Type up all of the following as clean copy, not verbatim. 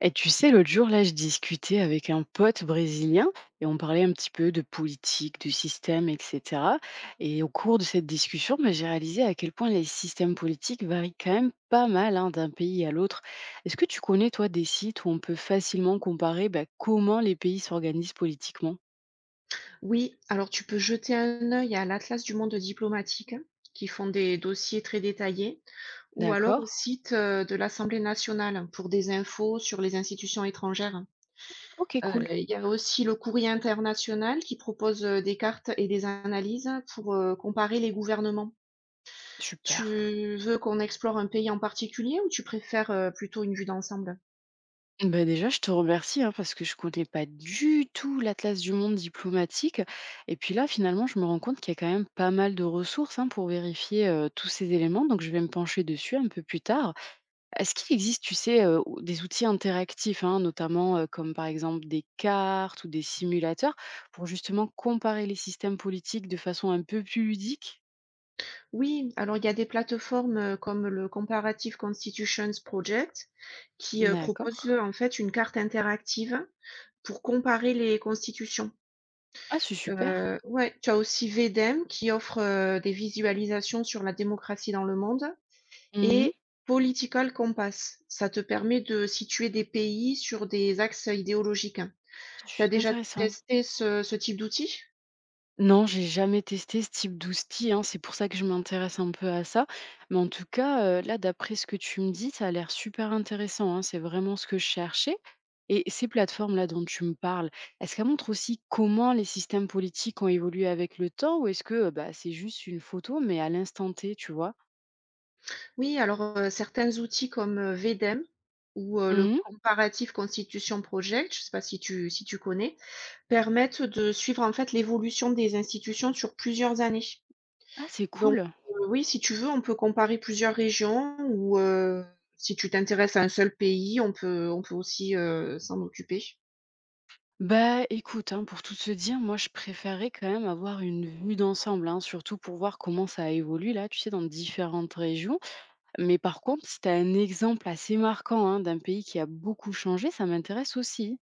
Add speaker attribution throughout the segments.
Speaker 1: Et tu sais, l'autre jour, là, je discutais avec un pote brésilien et on parlait un petit peu de politique, du système, etc. Et au cours de cette discussion, j'ai réalisé à quel point les systèmes politiques varient quand même pas mal, hein, d'un pays à l'autre. Est-ce que tu connais, toi, des sites où on peut facilement comparer, comment les pays s'organisent politiquement?
Speaker 2: Oui, alors tu peux jeter un œil à l'Atlas du monde diplomatique, qui font des dossiers très détaillés, ou alors
Speaker 1: D'accord.
Speaker 2: au site de l'Assemblée nationale pour des infos sur les institutions étrangères.
Speaker 1: Ok, cool.
Speaker 2: Il y a aussi le courrier international qui propose des cartes et des analyses pour comparer les gouvernements.
Speaker 1: Super.
Speaker 2: Tu veux qu'on explore un pays en particulier ou tu préfères plutôt une vue d'ensemble?
Speaker 1: Déjà, je te remercie, hein, parce que je connais pas du tout l'atlas du monde diplomatique. Et puis là, finalement, je me rends compte qu'il y a quand même pas mal de ressources, hein, pour vérifier tous ces éléments. Donc, je vais me pencher dessus un peu plus tard. Est-ce qu'il existe, tu sais, des outils interactifs, hein, notamment comme par exemple des cartes ou des simulateurs, pour justement comparer les systèmes politiques de façon un peu plus ludique?
Speaker 2: Oui, alors il y a des plateformes, comme le Comparative Constitutions Project qui, heu,
Speaker 1: D'accord.
Speaker 2: proposent, heu, en fait une carte interactive pour comparer les constitutions.
Speaker 1: Ah, c'est super.
Speaker 2: Ouais, tu as aussi VEDEM qui offre, des visualisations sur la démocratie dans le monde
Speaker 1: Mhm.
Speaker 2: et Political Compass. Ça te permet de situer des pays sur des axes idéologiques. Tu as déjà
Speaker 1: Intéressant.
Speaker 2: testé ce type d'outil?
Speaker 1: Non, j'ai jamais testé ce type d'ousti, hein, c'est pour ça que je m'intéresse un peu à ça. Mais en tout cas, là, d'après ce que tu me dis, ça a l'air super intéressant, hein, c'est vraiment ce que je cherchais. Et ces plateformes-là dont tu me parles, est-ce qu'elles montrent aussi comment les systèmes politiques ont évolué avec le temps, ou est-ce que, c'est juste une photo, mais à l'instant T, tu vois?
Speaker 2: Oui, alors, certains outils comme, VDEM ou, le
Speaker 1: Mmh.
Speaker 2: comparatif Constitution Project, je ne sais pas si tu connais, permettent de suivre, en fait, l'évolution des institutions sur plusieurs années.
Speaker 1: Ah, c'est
Speaker 2: Donc,
Speaker 1: cool.
Speaker 2: oui, si tu veux, on peut comparer plusieurs régions ou, si tu t'intéresses à un seul pays, on peut aussi, s'en occuper.
Speaker 1: Écoute, hein, pour tout te dire, moi, je préférais quand même avoir une vue d'ensemble, hein, surtout pour voir comment ça évolue là, tu sais, dans différentes régions. Mais par contre, si tu as un exemple assez marquant, hein, d'un pays qui a beaucoup changé, ça m'intéresse aussi.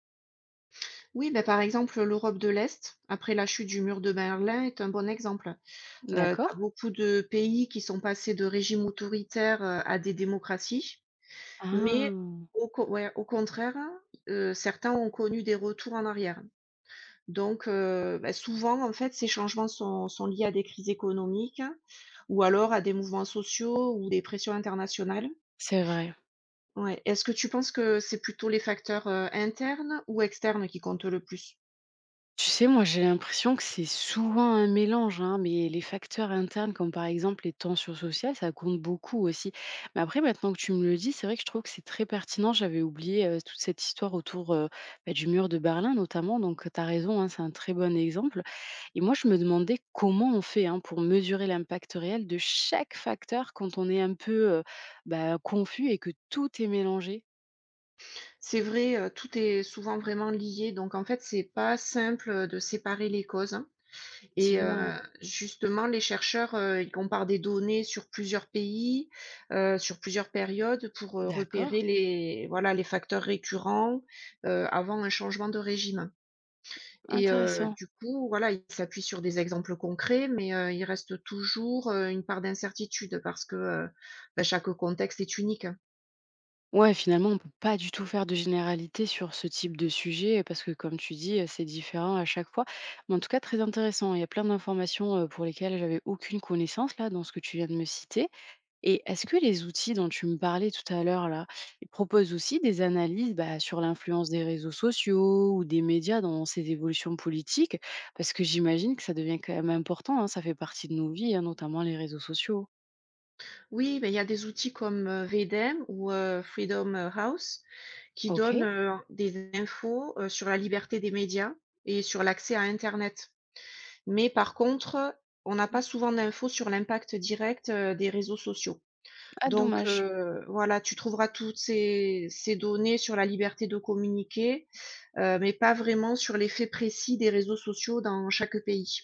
Speaker 2: Oui, ben par exemple, l'Europe de l'Est, après la chute du mur de Berlin est un bon exemple. Tu
Speaker 1: D'accord.
Speaker 2: beaucoup de pays qui sont passés de régimes autoritaires, à des démocraties. Mais
Speaker 1: Ah,
Speaker 2: au co ouais, au contraire, certains ont connu des retours en arrière. Donc bah, souvent, en fait, ces changements sont liés à des crises économiques ou alors à des mouvements sociaux ou des pressions internationales.
Speaker 1: c'est vrai.
Speaker 2: Ouais. Est-ce que tu penses que c'est plutôt les facteurs, internes ou externes qui comptent le plus?
Speaker 1: Tu sais, moi, j'ai l'impression que c'est souvent un mélange, hein, mais les facteurs internes, comme par exemple les tensions sociales, ça compte beaucoup aussi. Mais après, maintenant que tu me le dis, c'est vrai que je trouve que c'est très pertinent. J'avais oublié toute cette histoire autour du mur de Berlin, notamment. Donc, tu as raison, hein, c'est un très bon exemple. Et moi, je me demandais comment on fait, hein, pour mesurer l'impact réel de chaque facteur quand on est un peu confus et que tout est mélangé.
Speaker 2: C'est vrai, tout est souvent vraiment lié, donc en fait, c'est pas simple, de séparer les causes. Et
Speaker 1: Effectivement.
Speaker 2: justement, les chercheurs, ils comparent des données sur plusieurs pays, sur plusieurs périodes pour,
Speaker 1: D'accord.
Speaker 2: repérer les voilà, les facteurs récurrents, avant un changement de régime. Et
Speaker 1: Intéressant.
Speaker 2: du coup, voilà, ils s'appuient sur des exemples concrets, mais il reste toujours, une part d'incertitude parce que, bah, chaque contexte est unique.
Speaker 1: Ouais, finalement, on peut pas du tout faire de généralité sur ce type de sujet, parce que comme tu dis, c'est différent à chaque fois. Mais en tout cas, très intéressant. Il y a plein d'informations, pour lesquelles j'avais aucune connaissance, là, dans ce que tu viens de me citer. Et est-ce que les outils dont tu me parlais tout à l'heure, là, ils proposent aussi des analyses, sur l'influence des réseaux sociaux ou des médias dans ces évolutions politiques? Parce que j'imagine que ça devient quand même important, hein, ça fait partie de nos vies, hein, notamment les réseaux sociaux.
Speaker 2: Oui, mais il y a des outils comme, Vedem ou Freedom, House qui donnent,
Speaker 1: OK.
Speaker 2: des infos, sur la liberté des médias et sur l'accès à internet. Mais par contre, on n'a pas souvent d'infos sur l'impact direct, des réseaux sociaux.
Speaker 1: Ah,
Speaker 2: Donc
Speaker 1: dommage.
Speaker 2: voilà, tu trouveras toutes ces données sur la liberté de communiquer, mais pas vraiment sur l'effet précis des réseaux sociaux dans chaque pays.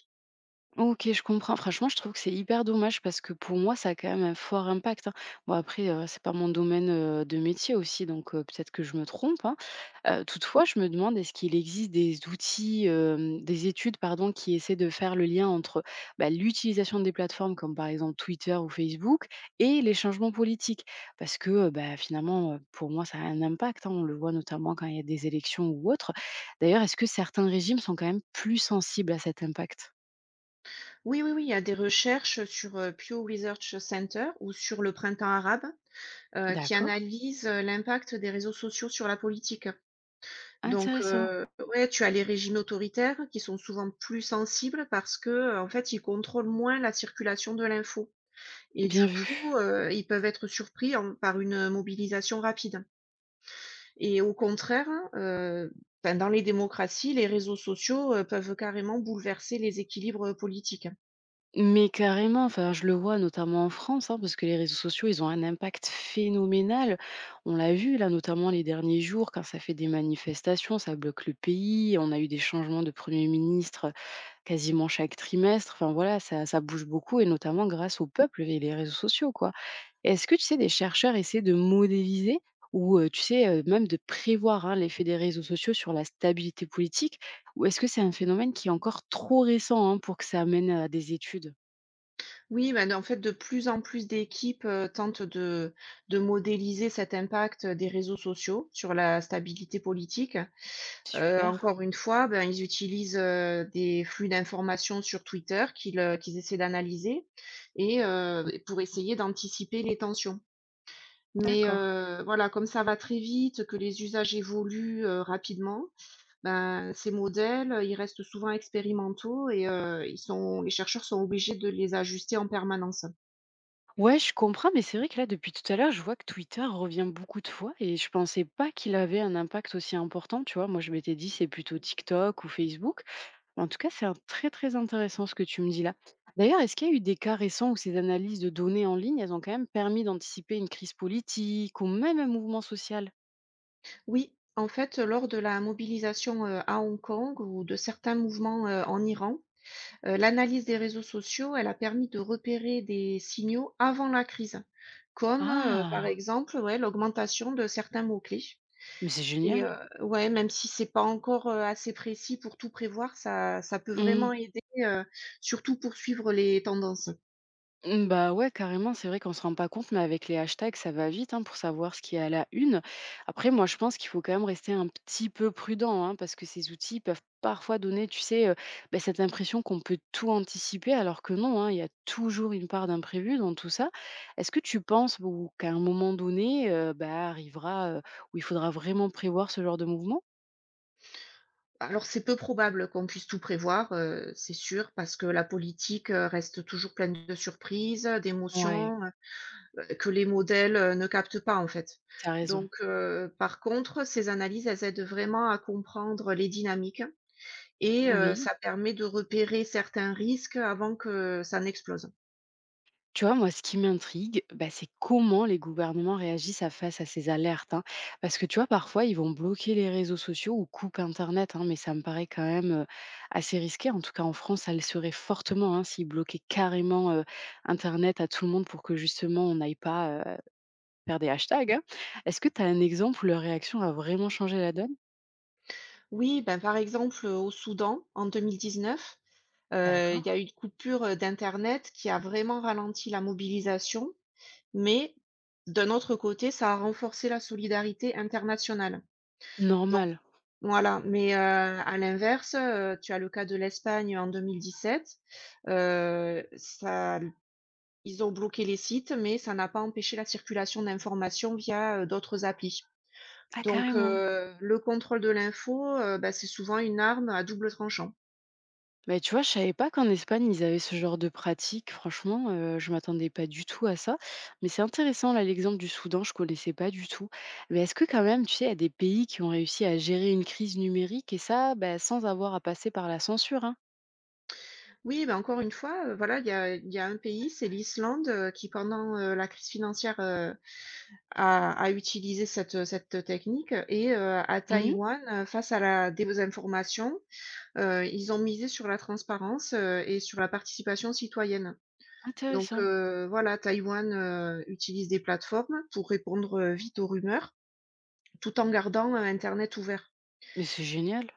Speaker 1: OK, je comprends. Franchement, je trouve que c'est hyper dommage, parce que pour moi, ça a quand même un fort impact, hein. Bon après, c'est pas mon domaine, de métier aussi, donc peut-être que je me trompe, hein. Toutefois, je me demande, est-ce qu'il existe des outils, des études pardon, qui essaient de faire le lien entre, l'utilisation des plateformes comme par exemple Twitter ou Facebook et les changements politiques? Parce que, finalement, pour moi, ça a un impact, hein. On le voit notamment quand il y a des élections ou autres. D'ailleurs, est-ce que certains régimes sont quand même plus sensibles à cet impact?
Speaker 2: Oui, oui, oui, il y a des recherches sur, Pew Research Center ou sur le Printemps arabe qui
Speaker 1: D'accord.
Speaker 2: analyse, l'impact des réseaux sociaux sur la politique. Donc,
Speaker 1: Intéressant,
Speaker 2: ouais, tu as les régimes autoritaires qui sont souvent plus sensibles parce que, en fait, ils contrôlent moins la circulation de l'info et
Speaker 1: bien
Speaker 2: du
Speaker 1: vu.
Speaker 2: coup, ils peuvent être surpris en par une, mobilisation rapide et au contraire, heu, ben, dans les démocraties, les réseaux sociaux, peuvent carrément bouleverser les équilibres, politiques.
Speaker 1: Mais carrément, enfin, je le vois notamment en France, hein, parce que les réseaux sociaux, ils ont un impact phénoménal. On l'a vu, là, notamment les derniers jours, quand ça fait des manifestations, ça bloque le pays. On a eu des changements de Premier ministre quasiment chaque trimestre. Enfin, voilà, ça bouge beaucoup, et notamment grâce au peuple et les réseaux sociaux, quoi. Est-ce que tu sais, des chercheurs essaient de modéliser ou tu sais, même de prévoir, hein, l'effet des réseaux sociaux sur la stabilité politique? Ou est-ce que c'est un phénomène qui est encore trop récent, hein, pour que ça amène à des études?
Speaker 2: Oui, ben, en fait, de plus en plus d'équipes, tentent de modéliser cet impact, des réseaux sociaux sur la stabilité politique.
Speaker 1: Super.
Speaker 2: Encore une fois, ben, ils utilisent, des flux d'informations sur Twitter qu'ils essaient d'analyser et pour essayer d'anticiper les tensions. Mais
Speaker 1: D'accord.
Speaker 2: voilà, comme ça va très vite, que les usages évoluent, rapidement, ben, ces modèles, ils restent souvent expérimentaux et ils sont les chercheurs sont obligés de les ajuster en permanence.
Speaker 1: Ouais, je comprends, mais c'est vrai que là, depuis tout à l'heure, je vois que Twitter revient beaucoup de fois et je pensais pas qu'il avait un impact aussi important, tu vois? Moi, je m'étais dit, c'est plutôt TikTok ou Facebook. En tout cas, c'est un très, très intéressant ce que tu me dis là. D'ailleurs, est-ce qu'il y a eu des cas récents où ces analyses de données en ligne, elles ont quand même permis d'anticiper une crise politique ou même un mouvement social?
Speaker 2: Oui, en fait, lors de la mobilisation, à Hong Kong ou de certains mouvements, en Iran, l'analyse des réseaux sociaux, elle a permis de repérer des signaux avant la crise, comme, par
Speaker 1: Ah,
Speaker 2: exemple, ouais, l'augmentation de certains mots-clés
Speaker 1: mais c'est
Speaker 2: et
Speaker 1: génial.
Speaker 2: ouais, même si c'est pas encore, assez précis pour tout prévoir, ça peut vraiment
Speaker 1: Mmh.
Speaker 2: aider, surtout pour suivre les tendances.
Speaker 1: Mmh, ouais, carrément, c'est vrai qu'on se rend pas compte, mais avec les hashtags, ça va vite, hein, pour savoir ce qui est à la une. Après, moi, je pense qu'il faut quand même rester un petit peu prudent, hein, parce que ces outils peuvent parfois donner, tu sais, cette impression qu'on peut tout anticiper, alors que non, hein, il y a toujours une part d'imprévu dans tout ça. Est-ce que tu penses ou qu'à un moment donné, arrivera où il faudra vraiment prévoir ce genre de mouvement?
Speaker 2: Alors c'est peu probable qu'on puisse tout prévoir, c'est sûr, parce que la politique, reste toujours pleine de surprises,
Speaker 1: Ouais,
Speaker 2: d'émotions, que les modèles, ne captent pas, en fait.
Speaker 1: t'as raison.
Speaker 2: Donc par contre, ces analyses, elles aident vraiment à comprendre les dynamiques et
Speaker 1: Oui.
Speaker 2: ça permet de repérer certains risques avant que ça n'explose.
Speaker 1: Tu vois, moi, ce qui m'intrigue, c'est comment les gouvernements réagissent face à ces alertes, hein. Parce que, tu vois, parfois, ils vont bloquer les réseaux sociaux ou coupent Internet, hein, mais ça me paraît quand même assez risqué. En tout cas, en France, ça le serait fortement, hein, s'ils bloquaient carrément Internet à tout le monde pour que, justement, on n'aille pas faire des hashtags, hein. Est-ce que tu as un exemple où leur réaction a vraiment changé la donne?
Speaker 2: Oui, ben, par exemple, au Soudan, en 2019, il
Speaker 1: D'accord.
Speaker 2: y a eu une coupure, d'internet qui a vraiment ralenti la mobilisation, mais d'un autre côté, ça a renforcé la solidarité internationale.
Speaker 1: Normal.
Speaker 2: Voilà, mais à l'inverse, tu as le cas de l'Espagne en 2017, ça ils ont bloqué les sites, mais ça n'a pas empêché la circulation d'informations via, d'autres applis.
Speaker 1: Ah,
Speaker 2: Donc
Speaker 1: carrément.
Speaker 2: le contrôle de l'info, bah, c'est souvent une arme à double tranchant.
Speaker 1: Mais tu vois, je savais pas qu'en Espagne, ils avaient ce genre de pratique. Franchement, je m'attendais pas du tout à ça. Mais c'est intéressant, là, l'exemple du Soudan, je connaissais pas du tout. Mais est-ce que quand même, tu sais, il y a des pays qui ont réussi à gérer une crise numérique et ça, sans avoir à passer par la censure, hein?
Speaker 2: Oui, bah, encore une fois, voilà, il y a un pays, c'est l'Islande, qui pendant, la crise financière, a utilisé cette technique et à
Speaker 1: Mhm.
Speaker 2: Taïwan, face à la désinformation, ils ont misé sur la transparence, et sur la participation citoyenne. Donc,
Speaker 1: Intéressant.
Speaker 2: voilà, Taïwan, utilise des plateformes pour répondre, vite aux rumeurs, tout en gardant, internet ouvert.
Speaker 1: Mais c'est génial.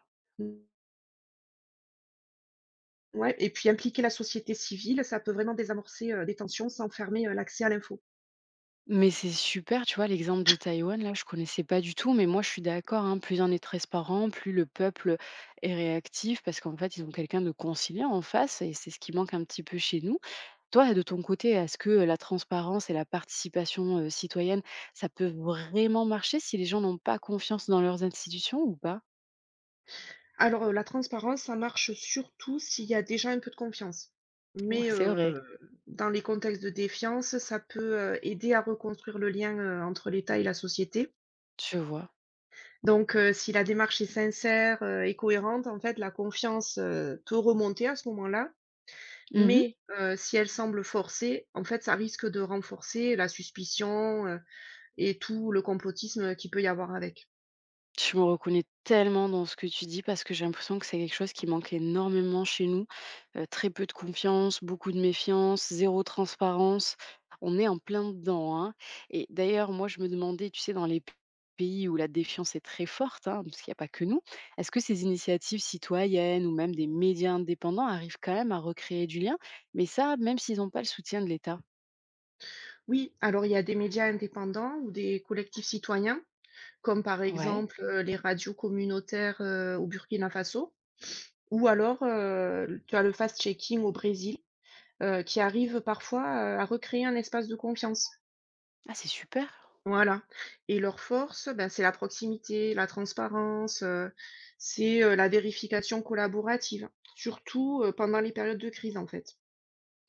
Speaker 2: Ouais et puis impliquer la société civile, ça peut vraiment désamorcer, des tensions sans fermer, l'accès à l'info.
Speaker 1: Mais c'est super, tu vois, l'exemple de Taïwan, là, je connaissais pas du tout, mais moi, je suis d'accord, hein, plus un est transparent, plus le peuple est réactif, parce qu'en fait, ils ont quelqu'un de conciliant en face, et c'est ce qui manque un petit peu chez nous. Toi, de ton côté, est-ce que la transparence et la participation, citoyenne, ça peut vraiment marcher si les gens n'ont pas confiance dans leurs institutions ou pas?
Speaker 2: Alors, la transparence, ça marche surtout s'il y a déjà un peu de confiance.
Speaker 1: Ouais,
Speaker 2: Mais,
Speaker 1: c'est vrai,
Speaker 2: dans les contextes de défiance, ça peut, aider à reconstruire le lien, entre l'État et la société.
Speaker 1: je vois.
Speaker 2: Donc, si la démarche est sincère, et cohérente, en fait, la confiance, peut remonter à ce moment-là.
Speaker 1: Mmh.
Speaker 2: Mais, si elle semble forcée, en fait, ça risque de renforcer la suspicion, et tout le complotisme, qu'il peut y avoir avec.
Speaker 1: Je me reconnais tellement dans ce que tu dis parce que j'ai l'impression que c'est quelque chose qui manque énormément chez nous. Très peu de confiance, beaucoup de méfiance, zéro transparence. On est en plein dedans, hein, et d'ailleurs, moi, je me demandais, tu sais, dans les pays où la défiance est très forte, hein, parce qu'il n'y a pas que nous, est-ce que ces initiatives citoyennes ou même des médias indépendants arrivent quand même à recréer du lien? Mais ça, même s'ils n'ont pas le soutien de l'État?
Speaker 2: Oui, alors il y a des médias indépendants ou des collectifs citoyens, comme par
Speaker 1: Ouais.
Speaker 2: exemple, les radios communautaires, au Burkina Faso ou alors, tu as le fast-checking au Brésil, qui arrive parfois, à recréer un espace de confiance.
Speaker 1: Ah, c'est super!
Speaker 2: Voilà et leur force, ben, c'est la proximité, la transparence, c'est, la vérification collaborative, surtout, pendant les périodes de crise, en fait.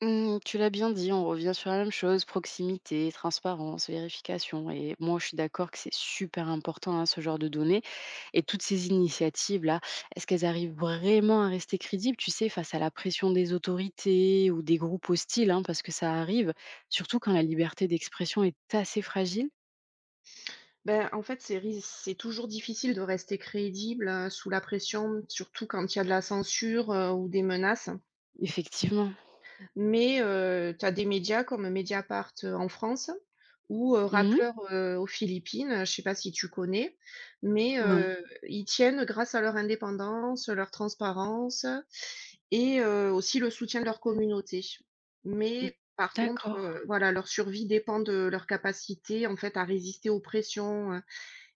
Speaker 1: Mmh, tu l'as bien dit, on revient sur la même chose, proximité, transparence, vérification, et moi je suis d'accord que c'est super important, hein, ce genre de données et toutes ces initiatives-là, est-ce qu'elles arrivent vraiment à rester crédibles, tu sais, face à la pression des autorités ou des groupes hostiles, hein, parce que ça arrive, surtout quand la liberté d'expression est assez fragile?
Speaker 2: Ben, en fait, c'est toujours difficile de rester crédible, sous la pression, surtout quand il y a de la censure, ou des menaces.
Speaker 1: Effectivement.
Speaker 2: Mais, tu as des médias comme Mediapart, en France ou,
Speaker 1: Mmh.
Speaker 2: Rappler, aux Philippines, je ne sais pas si tu connais? Mais,
Speaker 1: Non.
Speaker 2: ils tiennent grâce à leur indépendance, leur transparence et aussi le soutien de leur communauté.
Speaker 1: Mmh.
Speaker 2: Mais par contre,
Speaker 1: D'accord.
Speaker 2: voilà, leur survie dépend de leur capacité, en fait, à résister aux pressions,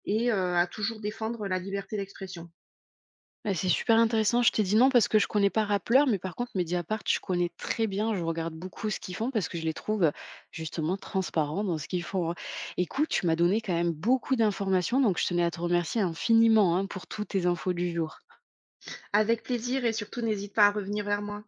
Speaker 2: et à toujours défendre la liberté d'expression.
Speaker 1: Bah, c'est super intéressant. Je t'ai dit non parce que je connais pas Rappler, mais par contre Mediapart, je connais très bien. Je regarde beaucoup ce qu'ils font parce que je les trouve justement transparents dans ce qu'ils font, hein. Écoute, tu m'as donné quand même beaucoup d'informations, donc je tenais à te remercier infiniment, hein, pour toutes tes infos du jour.
Speaker 2: Avec plaisir et surtout n'hésite pas à revenir vers moi.